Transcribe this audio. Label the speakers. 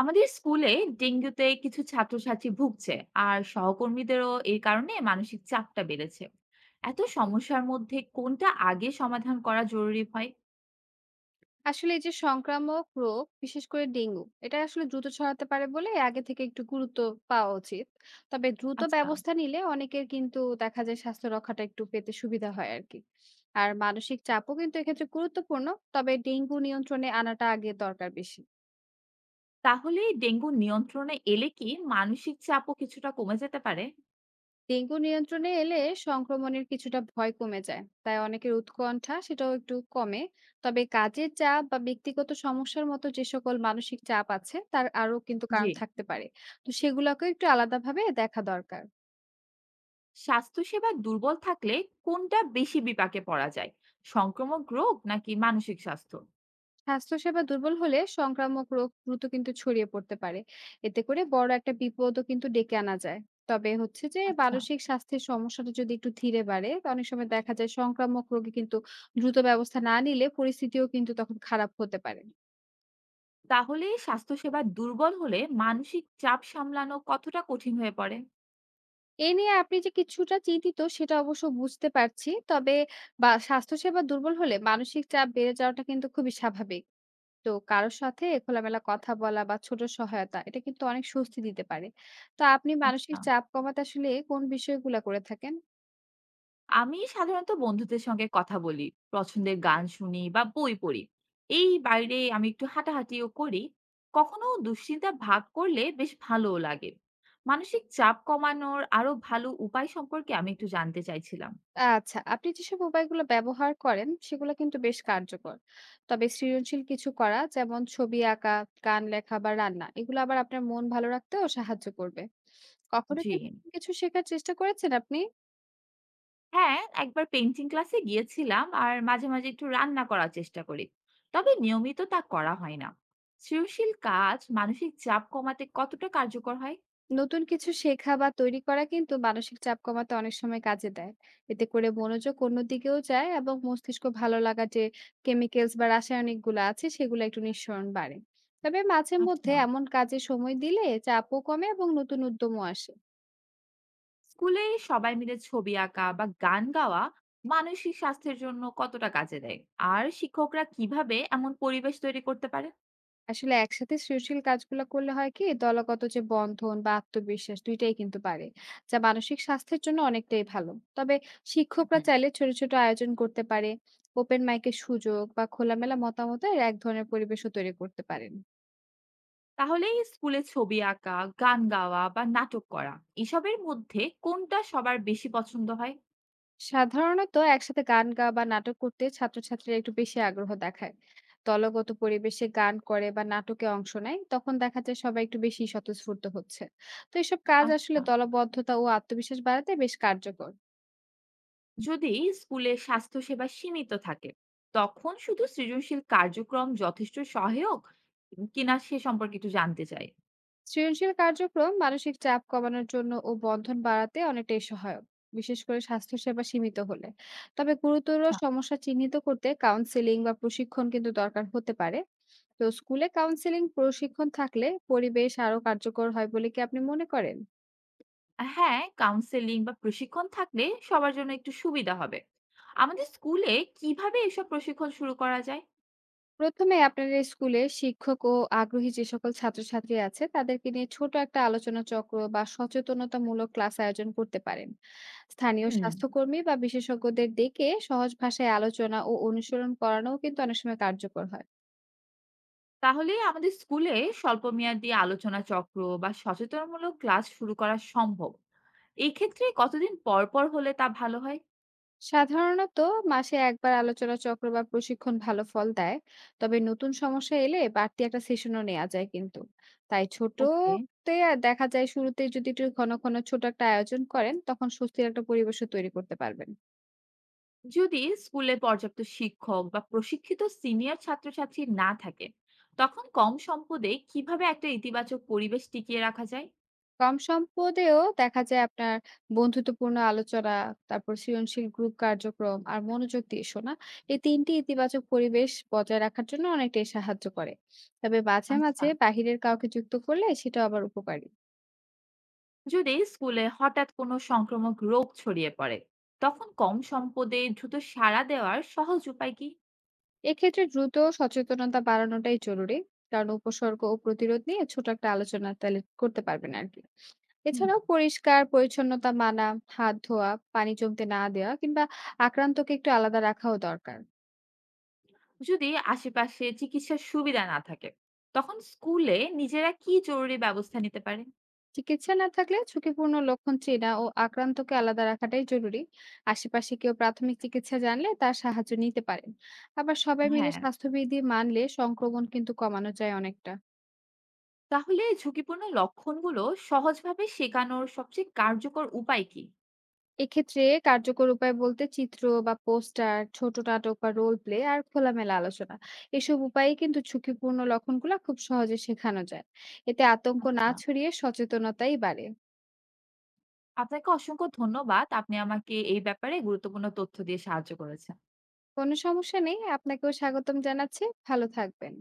Speaker 1: আমাদের স্কুলে ডেঙ্গুতে কিছু ছাত্রছাত্রী ভুগছে, আর সহকর্মীদেরও এই কারণে মানসিক চাপটা বেড়েছে। এত সমস্যার মধ্যে কোনটা আগে সমাধান করা জরুরি হয়?
Speaker 2: আসলে এই যে সংক্রামক রোগ, বিশেষ করে ডেঙ্গু, এটা আসলে দ্রুত ছড়াতে পারে বলে আগে থেকে একটু গুরুত্ব পাওয়া উচিত। তবে দ্রুত
Speaker 1: আচ্ছা।
Speaker 2: ব্যবস্থা নিলে অনেকের কিন্তু দেখা যায় স্বাস্থ্য রক্ষাটা একটু পেতে সুবিধা হয় আরকি। আর মানসিক চাপও কিন্তু এক্ষেত্রে গুরুত্বপূর্ণ। তবে ডেঙ্গু নিয়ন্ত্রণে আনাটা আগে দরকার বেশি।
Speaker 1: তাহলে ডেঙ্গু নিয়ন্ত্রণে এলে কি মানসিক চাপও কিছুটা কমে যেতে পারে?
Speaker 2: ডেঙ্গু নিয়ন্ত্রণে এলে সংক্রমণের কিছুটা ভয় কমে যায়, তাই অনেকের উৎকণ্ঠা সেটাও একটু কমে। তবে কাজের চাপ বা ব্যক্তিগত সমস্যার মতো যে সকল মানসিক চাপ আছে তার আরো কিন্তু
Speaker 1: জি।
Speaker 2: কারণ থাকতে পারে। তো সেগুলোকেও একটু আলাদাভাবে দেখা দরকার।
Speaker 1: স্বাস্থ্যসেবা দুর্বল থাকলে কোনটা বেশি বিপাকে পড়া যায়, সংক্রমক রোগ নাকি মানসিক স্বাস্থ্য?
Speaker 2: স্বাস্থ্যসেবা দুর্বল হলে সংক্রামক রোগ দ্রুত কিন্তু ছড়িয়ে পড়তে পারে। এতে করে বড় একটা বিপদও কিন্তু ডেকে আনা যায়। তবে হচ্ছে যে
Speaker 1: আচ্ছা।
Speaker 2: মানসিক স্বাস্থ্যের সমস্যাটা যদি একটু ধীরে বাড়ে অনেক সময় দেখা যায়, সংক্রামক রোগে কিন্তু দ্রুত ব্যবস্থা না নিলে পরিস্থিতিও কিন্তু তখন খারাপ হতে পারে।
Speaker 1: তাহলে স্বাস্থ্যসেবা দুর্বল হলে মানসিক চাপ সামলানো কতটা কঠিন হয়ে পড়ে?
Speaker 2: এ নিয়ে আপনি যে কিছুটা চিন্তিত সেটা অবশ্য বুঝতে পারছি। তবে বা স্বাস্থ্যসেবা দুর্বল হলে মানসিক চাপ বেড়ে যাওয়াটা কিন্তু খুবই স্বাভাবিক। তো কারো সাথে খোলামেলা কথা বলা বা ছোট সহায়তা এটা কিন্তু অনেক স্বস্তি দিতে পারে। তো আপনি মানসিক
Speaker 1: আচ্ছা।
Speaker 2: চাপ কমাতে আসলে কোন বিষয়গুলা করে থাকেন?
Speaker 1: আমি সাধারণত বন্ধুদের সঙ্গে কথা বলি, পছন্দের গান শুনি বা বই পড়ি। এই বাইরে আমি একটু হাঁটাহাঁটিও করি। কখনো দুশ্চিন্তা ভাগ করলে বেশ ভালোও লাগে। মানসিক চাপ কমানোর আরো ভালো উপায় সম্পর্কে আমি একটু জানতে চাইছিলাম।
Speaker 2: আচ্ছা, আপনি যেসব উপায়গুলো ব্যবহার করেন সেগুলো কিন্তু বেশ কার্যকর। তবে সৃজনশীল কিছু করা যেমন ছবি আঁকা, গান লেখা বা রান্না এগুলো আবার আপনার মন ভালো রাখতেও সাহায্য করবে। কখনো
Speaker 1: জি।
Speaker 2: কি কিছু শেখার চেষ্টা করেছেন আপনি?
Speaker 1: হ্যাঁ, একবার পেইন্টিং ক্লাসে গিয়েছিলাম আর মাঝে মাঝে একটু রান্না করার চেষ্টা করি। তবে নিয়মিত তা করা হয় না। সৃজনশীল কাজ মানসিক চাপ কমাতে কতটা কার্যকর হয়?
Speaker 2: নতুন কিছু শেখা বা তৈরি করা কিন্তু মানসিক চাপ কমাতে অনেক সময় কাজে দেয়। এতে করে মনোযোগ অন্যদিকেও যায় এবং মস্তিষ্ক ভালো লাগা যে কেমিক্যালস বা রাসায়নিক গুলো আছে সেগুলো একটু নিঃসরণ বাড়ে। তবে মাঝে
Speaker 1: আচ্ছা।
Speaker 2: মধ্যে এমন কাজে সময় দিলে চাপও কমে এবং নতুন উদ্যমও আসে।
Speaker 1: স্কুলে সবাই মিলে ছবি আঁকা বা গান গাওয়া মানসিক স্বাস্থ্যের জন্য কতটা কাজে দেয়, আর শিক্ষকরা কিভাবে এমন পরিবেশ তৈরি করতে পারে?
Speaker 2: আসলে একসাথে সৃজনশীল কাজগুলো করলে হয় কি দলগত যে বন্ধন বা আত্মবিশ্বাস দুইটাই কিন্তু বাড়ে, যা মানসিক স্বাস্থ্যের জন্য অনেকটাই ভালো। তবে শিক্ষকরা
Speaker 1: হুম।
Speaker 2: চাইলে ছোট ছোট আয়োজন করতে পারে, ওপেন মাইকের সুযোগ বা খোলামেলা মতামতের এক ধরনের পরিবেশও তৈরি করতে পারেন।
Speaker 1: তাহলেই স্কুলে ছবি আঁকা, গান গাওয়া বা নাটক করা, এসবের মধ্যে কোনটা সবার বেশি পছন্দ হয়?
Speaker 2: সাধারণত একসাথে গান গা বা নাটক করতে ছাত্রছাত্রীরা একটু বেশি আগ্রহ দেখায়। দলগত পরিবেশে গান করে বা নাটকে অংশ নেয় তখন দেখা যায় সবাই একটু বেশি স্বতঃস্ফূর্ত হচ্ছে। তো এসব কাজ আসলে
Speaker 1: আচ্ছা।
Speaker 2: দলবদ্ধতা ও আত্মবিশ্বাস বাড়াতে বেশ কার্যকর।
Speaker 1: যদি স্কুলে স্বাস্থ্যসেবা সীমিত থাকে, তখন শুধু সৃজনশীল কার্যক্রম যথেষ্ট সহায়ক কিনা সে সম্পর্কে একটু জানতে চাই।
Speaker 2: সৃজনশীল কার্যক্রম মানসিক চাপ কমানোর জন্য ও বন্ধন বাড়াতে অনেকটাই সহায়ক, বিশেষ করে স্বাস্থ্যসেবা সীমিত হলে। তবে গুরুতর সমস্যা চিহ্নিত করতে কাউন্সেলিং বা প্রশিক্ষণ কিন্তু দরকার হতে পারে। তো স্কুলে কাউন্সেলিং প্রশিক্ষণ থাকলে পরিবেশ আরো কার্যকর হয় বলে কি আপনি মনে করেন?
Speaker 1: হ্যাঁ, কাউন্সেলিং বা প্রশিক্ষণ থাকলে সবার জন্য একটু সুবিধা হবে। আমাদের স্কুলে কিভাবে এসব প্রশিক্ষণ শুরু করা যায়?
Speaker 2: প্রথমে আপনাদের স্কুলে শিক্ষক ও আগ্রহী যে সকল ছাত্রছাত্রী আছে তাদেরকে নিয়ে ছোট একটা আলোচনা চক্র বা সচেতনতামূলক ক্লাস আয়োজন করতে পারেন। স্থানীয়
Speaker 1: হুম।
Speaker 2: স্বাস্থ্যকর্মী বা বিশেষজ্ঞদের ডেকে সহজ ভাষায় আলোচনা ও অনুশীলন করানোও কিন্তু অনেক সময় কার্যকর হয়।
Speaker 1: তাহলে আমাদের স্কুলে স্বল্পমেয়াদী আলোচনা চক্র বা সচেতনমূলক ক্লাস শুরু করা সম্ভব। এই ক্ষেত্রে কতদিন পর পর হলে তা ভালো হয়?
Speaker 2: সাধারণত মাসে একবার আলোচনা চক্র বা প্রশিক্ষণ ভালো ফল দেয়। তবে নতুন সমস্যা এলে বাড়তি একটা সেশনও নেওয়া যায় কিন্তু। তাই ছোট
Speaker 1: ওকে।
Speaker 2: তে দেখা যায় শুরুতে যদি একটু ঘন ঘন ছোট একটা আয়োজন করেন তখন স্বস্তির একটা পরিবেশও তৈরি করতে পারবেন।
Speaker 1: যদি স্কুলে পর্যাপ্ত শিক্ষক বা প্রশিক্ষিত সিনিয়র ছাত্রছাত্রী না থাকে, তখন কম সম্পদে কিভাবে একটা ইতিবাচক পরিবেশ টিকিয়ে রাখা যায়?
Speaker 2: কম সম্পদেও দেখা যায় আপনার বন্ধুত্বপূর্ণ আলোচনা, তারপর সৃজনশীল গ্রুপ কার্যক্রম আর মনোযোগ দিয়ে শোনা, এই ৩ টি ইতিবাচক পরিবেশ বজায় রাখার জন্য অনেকটাই সাহায্য করে। তবে মাঝে,
Speaker 1: আচ্ছা।
Speaker 2: মাঝে বাহিরের কাউকে যুক্ত করলে সেটা আবার উপকারী।
Speaker 1: যদি স্কুলে হঠাৎ কোনো সংক্রামক রোগ ছড়িয়ে পড়ে, তখন কম সম্পদে দ্রুত সাড়া দেওয়ার সহজ উপায় কি?
Speaker 2: এক্ষেত্রে দ্রুত সচেতনতা বাড়ানোটাই জরুরি। কারণ উপসর্গ ও প্রতিরোধ নিয়ে ছোট একটা আলোচনা তাহলে করতে পারবেন আরকি।
Speaker 1: হুম।
Speaker 2: এছাড়াও পরিষ্কার পরিচ্ছন্নতা মানা, হাত ধোয়া, পানি জমতে না দেওয়া কিংবা আক্রান্তকে একটু আলাদা রাখাও দরকার।
Speaker 1: যদি আশেপাশে চিকিৎসার সুবিধা না থাকে, তখন স্কুলে নিজেরা কি জরুরি ব্যবস্থা নিতে পারে?
Speaker 2: চিকিৎসা না থাকলে ঝুঁকিপূর্ণ লক্ষণ চেনা ও আক্রান্তকে আলাদা রাখাটাই জরুরি। আশেপাশে কেউ প্রাথমিক চিকিৎসা জানলে তার সাহায্য নিতে পারেন। আবার সবাই মিলে
Speaker 1: হ্যাঁ।
Speaker 2: স্বাস্থ্যবিধি মানলে সংক্রমণ কিন্তু কমানো যায় অনেকটা।
Speaker 1: তাহলে ঝুঁকিপূর্ণ লক্ষণগুলো সহজভাবে শেখানোর সবচেয়ে কার্যকর উপায় কি?
Speaker 2: এক্ষেত্রে কার্যকর উপায় বলতে চিত্র বা পোস্টার, ছোট নাটক বা রোল প্লে আর খোলামেলা আলোচনা, এসব উপায়ে কিন্তু ঝুঁকিপূর্ণ লক্ষণগুলো খুব সহজে শেখানো যায়। এতে আতঙ্ক না
Speaker 1: আচ্ছা,
Speaker 2: ছড়িয়ে সচেতনতাই বাড়ে।
Speaker 1: আপনাকে অসংখ্য ধন্যবাদ, আপনি আমাকে এই ব্যাপারে গুরুত্বপূর্ণ তথ্য দিয়ে সাহায্য করেছেন।
Speaker 2: কোনো সমস্যা নেই, আপনাকেও স্বাগতম জানাচ্ছি। ভালো থাকবেন।